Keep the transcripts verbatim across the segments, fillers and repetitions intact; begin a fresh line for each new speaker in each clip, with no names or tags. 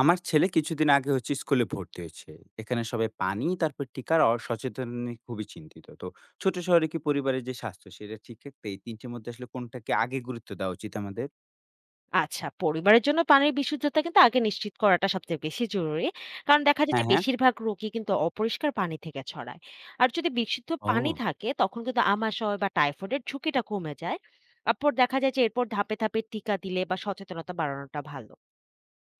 আমার ছেলে কিছুদিন আগে হচ্ছে স্কুলে ভর্তি হয়েছে। এখানে সবাই পানি তারপর টিকার অসচেতন নিয়ে খুবই চিন্তিত। তো ছোট শহরে কি পরিবারের যে স্বাস্থ্য সেটা ঠিক রাখতে এই তিনটের মধ্যে আসলে কোনটাকে আগে গুরুত্ব দেওয়া উচিত আমাদের?
আচ্ছা, পরিবারের জন্য পানির বিশুদ্ধতা কিন্তু আগে নিশ্চিত করাটা সবচেয়ে বেশি জরুরি। কারণ দেখা যায় যে
হ্যাঁ, হ্যাঁ।
বেশিরভাগ রোগই কিন্তু অপরিষ্কার পানি থেকে ছড়ায়। আর যদি বিশুদ্ধ পানি
ও।
থাকে তখন কিন্তু আমাশয় বা টাইফয়েডের ঝুঁকিটা কমে যায়। তারপর দেখা যায় যে এরপর ধাপে, ধাপে টিকা দিলে বা সচেতনতা বাড়ানোটা ভালো।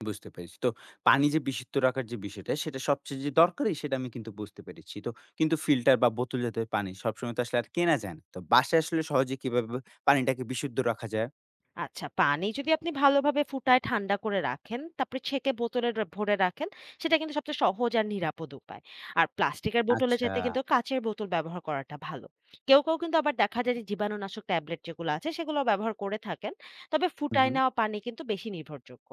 বুঝতে পেরেছি। তো পানি যে বিশুদ্ধ রাখার যে বিষয়টা সেটা সবচেয়ে যে দরকারি সেটা আমি কিন্তু বুঝতে পেরেছি। তো কিন্তু ফিল্টার বা বোতলজাত পানি সবসময় তো আসলে আর কেনা যায় না। তো বাসায় আসলে সহজে কিভাবে পানিটাকে বিশুদ্ধ রাখা যায়?
আচ্ছা, পানি যদি আপনি ভালোভাবে ফুটায় ঠান্ডা করে রাখেন, তারপরে ছেঁকে বোতলে র ভরে রাখেন, সেটা কিন্তু সবচেয়ে সহজ আর নিরাপদ উপায়। আর প্লাস্টিকের বোতলের
আচ্ছা।
চাইতে কিন্তু কাঁচের বোতল ব্যবহার করাটা ভালো। কেউ, কেউ কিন্তু আবার দেখা যায় যে জীবাণুনাশক ট্যাবলেট যেগুলো আছে, সেগুলো ব্যবহার করে থাকেন। তবে
হুম,
ফুটায়
হুম।
নেওয়া পানি কিন্তু বেশি নির্ভরযোগ্য।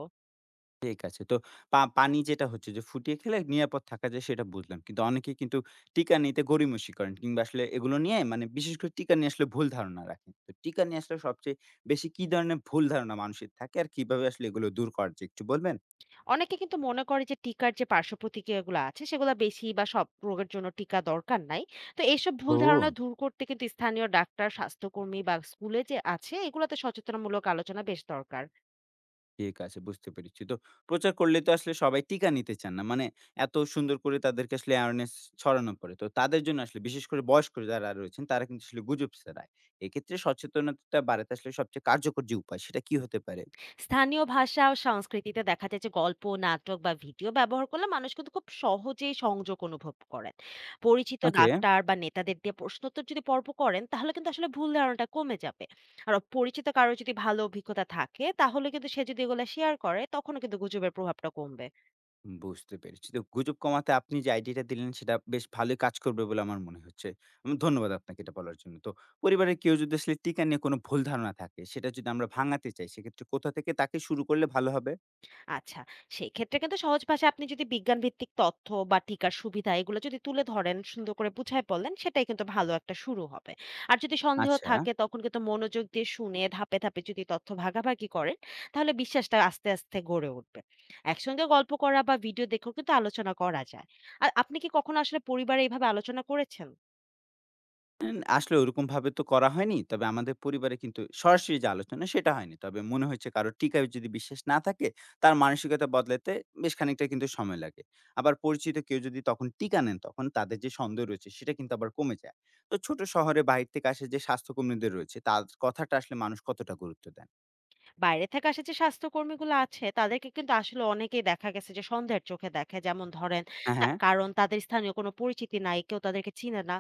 ঠিক আছে। তো পা পানি যেটা হচ্ছে যে ফুটিয়ে খেলে নিরাপদ থাকা যায় সেটা বুঝলাম। কিন্তু অনেকেই কিন্তু টিকা নিতে গড়িমসি করেন কিংবা আসলে এগুলো নিয়ে মানে বিশেষ করে টিকা নিয়ে আসলে ভুল ধারণা রাখেন। তো টিকা নিয়ে আসলে সবচেয়ে বেশি কি ধরনের ভুল ধারণা মানুষের থাকে আর কিভাবে আসলে এগুলো দূর করা যায় একটু বলবেন?
অনেকে কিন্তু মনে করে যে টিকার যে পার্শ্ব প্রতিক্রিয়াগুলো আছে সেগুলো বেশি বা সব রোগের জন্য টিকা দরকার নাই। তো এইসব ভুল ধারণা
ও!
দূর করতে কিন্তু স্থানীয় ডাক্তার, স্বাস্থ্যকর্মী বা স্কুলে যে আছে এগুলোতে সচেতনমূলক আলোচনা বেশ দরকার।
ঠিক আছে, বুঝতে পেরেছি। তো প্রচার করলে তো আসলে সবাই টিকা নিতে চান না। মানে এত সুন্দর করে তাদেরকে আসলে awareness ছড়ানো পড়ে। তো তাদের জন্য আসলে বিশেষ করে বয়স্ক যারা রয়েছেন তারা কিন্তু আসলে গুজব ছড়ায়। এক্ষেত্রে সচেতনতা বাড়াতে আসলে সবচেয়ে কার্যকর যে উপায় সেটা কি হতে পারে?
স্থানীয় ভাষা ও সংস্কৃতিতে দেখা যায় যে গল্প, নাটক বা ভিডিও ব্যবহার করলে মানুষ কিন্তু খুব সহজেই সংযোগ অনুভব করেন। পরিচিত
ওকে।
ডাক্তার বা নেতাদের দিয়ে প্রশ্নোত্তর যদি পর্ব করেন তাহলে কিন্তু আসলে ভুল ধারণাটা কমে যাবে। আর পরিচিত কারো যদি ভালো অভিজ্ঞতা থাকে তাহলে কিন্তু সে যদি এগুলো শেয়ার করে তখনও কিন্তু গুজবের প্রভাবটা কমবে।
বুঝতে পেরেছি। তো গুজব কমাতে আপনি যে আইডিয়াটা দিলেন সেটা বেশ ভালোই কাজ করবে বলে আমার মনে হচ্ছে। উম ধন্যবাদ আপনাকে এটা বলার জন্য। তো পরিবারের কেউ যদি আসলে টিকা নিয়ে কোনো ভুল ধারণা থাকে সেটা যদি আমরা ভাঙাতে চাই সেক্ষেত্রে কোথা থেকে তাকে শুরু করলে ভালো হবে?
আচ্ছা। সেক্ষেত্রে কিন্তু সহজ ভাষায় আপনি যদি বিজ্ঞানভিত্তিক তথ্য বা টিকার সুবিধা এগুলো যদি তুলে ধরেন, সুন্দর করে বুঝায় বললেন, সেটাই কিন্তু ভালো একটা শুরু হবে। আর যদি সন্দেহ
আচ্ছা।
থাকে তখন কিন্তু মনোযোগ দিয়ে শুনে ধাপে, ধাপে যদি তথ্য ভাগাভাগি করেন, তাহলে বিশ্বাসটা আস্তে, আস্তে গড়ে উঠবে। একসঙ্গে গল্প করা বা ভিডিও দেখেও কিন্তু আলোচনা করা যায়। আর আপনি কি কখনো আসলে পরিবারে এভাবে আলোচনা করেছেন?
এন আসলে ওরকমভাবে তো করা হয়নি। তবে আমাদের পরিবারে কিন্তু সরাসরি যে আলোচনা সেটা হয়নি। তবে মনে হয়েছে কারো টিকায় যদি বিশ্বাস না থাকে, তার মানসিকতা বদলাতে বেশ খানিকটা কিন্তু সময় লাগে। আবার পরিচিত কেউ যদি তখন টিকা নেন, তখন তাদের যে সন্দেহ রয়েছে সেটা কিন্তু আবার কমে যায়। তো ছোট শহরে বাহির থেকে আসা যে স্বাস্থ্যকর্মীদের রয়েছে, তার কথাটা আসলে মানুষ কতটা গুরুত্ব দেন?
বাইরে থেকে আসা যে স্বাস্থ্যকর্মীগুলো আছে তাদেরকে কিন্তু আসলে অনেকেই দেখা গেছে যে সন্দেহের চোখে দেখে। যেমন ধরেন,
হ্যাঁ,
তা
হ্যাঁ।
কারণ তাদের স্থানীয় কোনো পরিচিতি নাই, কেউ তাদেরকে চিনে না।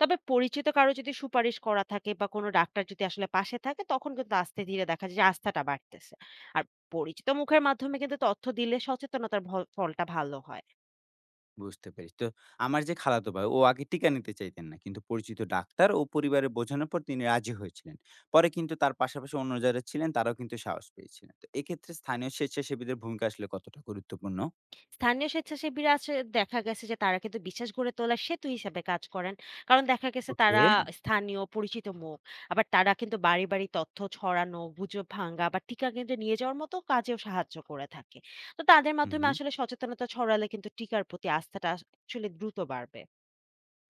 তবে পরিচিত কারো যদি সুপারিশ করা থাকে বা কোনো ডাক্তার যদি আসলে পাশে থাকে তখন কিন্তু আস্তে ধীরে দেখা যায় যে আস্থাটা বাড়তেছে। আর পরিচিত মুখের মাধ্যমে কিন্তু তথ্য দিলে সচেতনতার ভ ফলটা ভালো হয়।
বুঝতে পেরেছি। তো আমার যে খালাতো ভাই ও আগে টিকা নিতে চাইতেন না। কিন্তু পরিচিত ডাক্তার ও পরিবারে বোঝানোর পর তিনি রাজি হয়েছিলেন। পরে কিন্তু তার পাশাপাশি অন্য যারা ছিলেন তারাও কিন্তু সাহস পেয়েছিলেন। তো এক্ষেত্রে স্থানীয় স্বেচ্ছাসেবীদের ভূমিকা আসলে কতটা গুরুত্বপূর্ণ?
স্থানীয় স্বেচ্ছাসেবীরা আছে, দেখা গেছে যে তারা কিন্তু বিশ্বাস গড়ে তোলার সেতু হিসেবে কাজ করেন। কারণ দেখা গেছে
ওকে।
তারা স্থানীয় পরিচিত মুখ। আবার তারা কিন্তু বাড়ি, বাড়ি তথ্য ছড়ানো, গুজব ভাঙা বা টিকা কেন্দ্রে নিয়ে যাওয়ার মতো কাজেও সাহায্য করে থাকে। তো তাদের
হুম,
মাধ্যমে
হুম।
আসলে সচেতনতা ছড়ালে কিন্তু টিকার প্রতি আস্থাটা আসলে দ্রুত বাড়বে।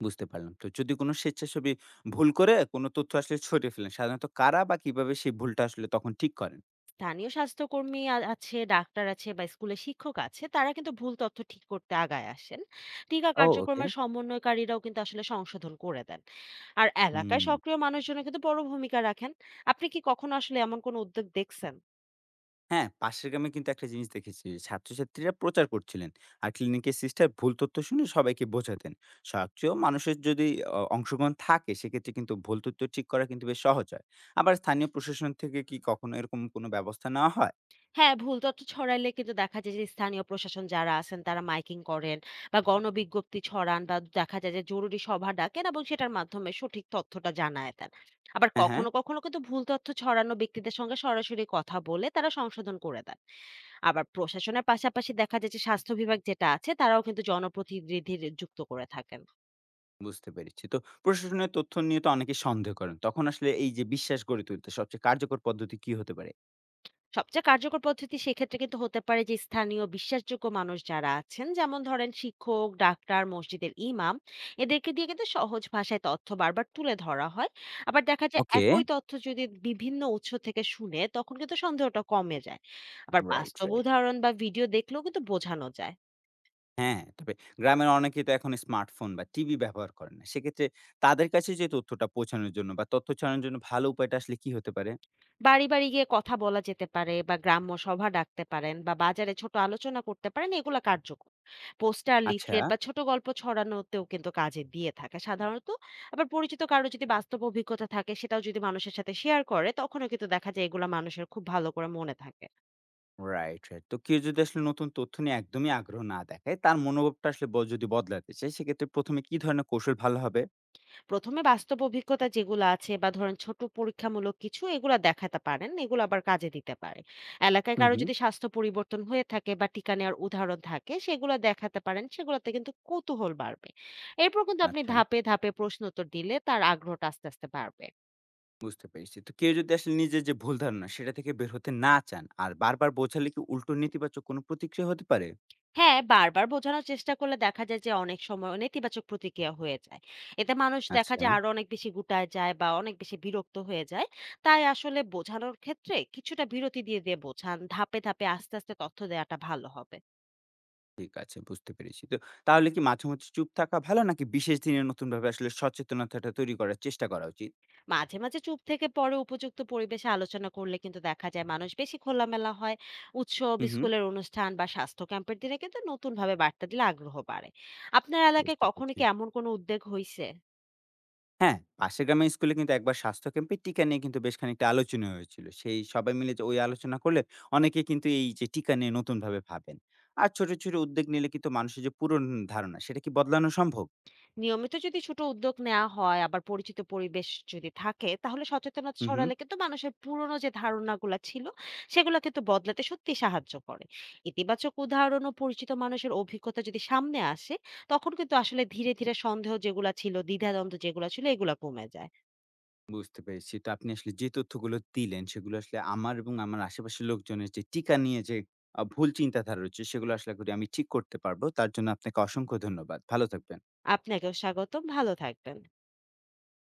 বুঝতে পারলাম। তো যদি কোনো স্বেচ্ছাসেবী ভুল করে কোনো তথ্য আসলে ছড়িয়ে ফেলেন, সাধারণত কারা বা কিভাবে সেই ভুলটা আসলে তখন ঠিক করেন?
স্থানীয় স্বাস্থ্যকর্মী আ- আছে, ডাক্তার আছে বা স্কুলের শিক্ষক আছে, তারা কিন্তু ভুল তথ্য ঠিক করতে আগায় আসেন। টিকা
ও ওকে।
কার্যক্রমের সমন্বয়কারীরাও কিন্তু আসলে সংশোধন করে দেন। আর এলাকায়
হুম।
সক্রিয় মানুষজন কিন্তু বড় ভূমিকা রাখেন। আপনি কি কখনো আসলে এমন কোনো উদ্যোগ দেখছেন?
হ্যাঁ, পাশের গ্রামে কিন্তু একটা জিনিস দেখেছি। ছাত্রছাত্রীরা প্রচার করছিলেন। আর ক্লিনিকের সিস্টার ভুল তথ্য শুনে সবাইকে বোঝাতেন। সক্রিয় মানুষের যদি অ অংশগ্রহণ থাকে সেক্ষেত্রে কিন্তু ভুল তথ্য ঠিক করা কিন্তু বেশ সহজ হয়। আবার স্থানীয় প্রশাসন থেকে কি কখনো এরকম কোনো ব্যবস্থা নেওয়া হয়?
হ্যাঁ, ভুল তথ্য ছড়ালে কিন্তু দেখা যায় যে স্থানীয় প্রশাসন যারা আছেন তারা মাইকিং করেন বা গণবিজ্ঞপ্তি ছড়ান বা দেখা যায় যে জরুরি সভা ডাকেন এবং সেটার মাধ্যমে সঠিক তথ্যটা জানায় দেন। আবার
হ্যাঁ, হ্যাঁ।
কখনো, কখনো কিন্তু ভুল তথ্য ছড়ানো ব্যক্তিদের সঙ্গে সরাসরি কথা বলে তারা সংশোধন করে দেন। আবার প্রশাসনের পাশাপাশি দেখা যায় যে স্বাস্থ্য বিভাগ যেটা আছে তারাও কিন্তু জনপ্রতিনিধির যুক্ত করে থাকেন।
বুঝতে পেরেছি। তো প্রশাসনের তথ্য নিয়ে তো অনেকে সন্দেহ করেন। তখন আসলে এই যে বিশ্বাস গড়ে তুলতে সবচেয়ে কার্যকর পদ্ধতি কি হতে পারে?
সবচেয়ে কার্যকর পদ্ধতি সেক্ষেত্রে কিন্তু হতে পারে যে স্থানীয় বিশ্বাসযোগ্য মানুষ যারা আছেন, যেমন ধরেন শিক্ষক, ডাক্তার, মসজিদের ইমাম, এদেরকে দিয়ে কিন্তু সহজ ভাষায় তথ্য বারবার তুলে ধরা হয়। আবার দেখা যায়
ওকে।
একই তথ্য যদি বিভিন্ন উৎস থেকে শুনে তখন কিন্তু সন্দেহটা কমে যায়। আবার
রাইট,
বাস্তব
রাইট।
উদাহরণ বা ভিডিও দেখলেও কিন্তু বোঝানো যায়।
হ্যাঁ, তবে গ্রামের অনেকেই তো এখন স্মার্টফোন বা টিভি ব্যবহার করেন না। সেক্ষেত্রে তাদের কাছে যে তথ্যটা পৌঁছানোর জন্য বা তথ্য ছড়ানোর জন্য ভালো উপায়টা আসলে কি হতে পারে?
বাড়ি, বাড়ি গিয়ে কথা বলা যেতে পারে বা গ্রাম্য সভা ডাকতে পারেন বা বাজারে ছোট আলোচনা করতে পারেন, এগুলা কার্যকর। পোস্টার,
আচ্ছা।
লিফলেট বা ছোট গল্প ছড়ানোতেও কিন্তু কাজে দিয়ে থাকে সাধারণত। আবার পরিচিত কারো যদি বাস্তব অভিজ্ঞতা থাকে, সেটাও যদি মানুষের সাথে শেয়ার করে, তখনও কিন্তু দেখা যায় এগুলা মানুষের খুব ভালো করে মনে থাকে।
Right, right. তো কেউ যদি আসলে নতুন তথ্য নিয়ে একদমই আগ্রহ না দেখায়, তার মনোভাবটা আসলে ব যদি বদলাতে চায়, সেক্ষেত্রে প্রথম এ কি ধরনের কৌশল ভালো হবে?
প্রথমে বাস্তব অভিজ্ঞতা যেগুলো আছে বা ধরেন ছোট পরীক্ষামূলক কিছু, এগুলা দেখাতে পারেন, এগুলো আবার কাজে দিতে পারে। এলাকায়
হুম,
কারো
হুম।
যদি স্বাস্থ্য পরিবর্তন হয়ে থাকে বা টিকা নেওয়ার উদাহরণ থাকে সেগুলো দেখাতে পারেন, সেগুলোতে কিন্তু কৌতূহল বাড়বে। এরপর কিন্তু আপনি
আচ্ছা।
ধাপে ধাপে প্রশ্ন উত্তর দিলে তার আগ্রহটা আস্তে আস্তে বাড়বে।
বুঝতে পেরেছি। তো কেউ যদি আসলে নিজের যে ভুল ধারণা, সেটা থেকে বের হতে না চান, আর বারবার বোঝালে কি উল্টো নেতিবাচক কোনো প্রতিক্রিয়া হতে পারে?
হ্যাঁ, বারবার বোঝানোর চেষ্টা করলে দেখা যায় যে অনেক সময় নেতিবাচক প্রতিক্রিয়া হয়ে যায়। এতে মানুষ দেখা
আচ্ছা।
যায় আরো অনেক বেশি গুটায় যায় বা অনেক বেশি বিরক্ত হয়ে যায়। তাই আসলে বোঝানোর ক্ষেত্রে কিছুটা বিরতি দিয়ে, দিয়ে বোঝান। ধাপে, ধাপে আস্তে, আস্তে তথ্য দেওয়াটা ভালো হবে।
ঠিক আছে, বুঝতে পেরেছি। তো তাহলে কি মাঝে, মাঝে চুপ থাকা ভালো নাকি বিশেষ দিনে নতুনভাবে আসলে সচেতনতাটা তৈরি করার চেষ্টা করা উচিত?
মাঝে, মাঝে চুপ থেকে পরে উপযুক্ত পরিবেশে আলোচনা করলে কিন্তু দেখা যায় মানুষ বেশি খোলামেলা হয়। উৎসব,
হুম, হুম।
স্কুলের অনুষ্ঠান বা স্বাস্থ্য ক্যাম্পের দিনে কিন্তু নতুনভাবে বার্তা দিলে আগ্রহ বাড়ে। আপনার এলাকায়
বুঝতে
কখনো
পেরেছি।
কি এমন কোনো উদ্যোগ হইছে?
হ্যাঁ, পাশের গ্রামের স্কুলে কিন্তু একবার স্বাস্থ্য ক্যাম্পে টিকা নিয়ে কিন্তু বেশ খানিকটা আলোচনা হয়েছিল। সেই সবাই মিলে যে ওই আলোচনা করলে অনেকে কিন্তু এই যে টিকা নিয়ে নতুনভাবে ভাবেন। আর ছোট, ছোট উদ্যোগ নিলে কিন্তু মানুষের যে পুরনো ধারণা সেটা কি বদলানো সম্ভব?
নিয়মিত যদি ছোট উদ্যোগ নেওয়া হয়, আবার পরিচিত পরিবেশ যদি থাকে, তাহলে সচেতনতা
হুম, হুম।
ছড়ালে কিন্তু মানুষের পুরনো যে ধারণাগুলো ছিল সেগুলো কিন্তু বদলাতে সত্যি সাহায্য করে। ইতিবাচক উদাহরণ ও পরিচিত মানুষের অভিজ্ঞতা যদি সামনে আসে তখন কিন্তু আসলে ধীরে ধীরে সন্দেহ যেগুলো ছিল, দ্বিধাদ্বন্দ্ব যেগুলো ছিল, এগুলো কমে যায়।
বুঝতে পেরেছি। তো আপনি আসলে যে তথ্যগুলো দিলেন সেগুলো আসলে আমার এবং আমার আশেপাশের লোকজনের যে টিকা নিয়ে যে আ ভুল চিন্তাধারা রয়েছে সেগুলো আসলে করি আমি ঠিক করতে পারবো। তার জন্য আপনাকে অসংখ্য ধন্যবাদ। ভালো থাকবেন।
আপনাকেও স্বাগতম, ভালো থাকবেন।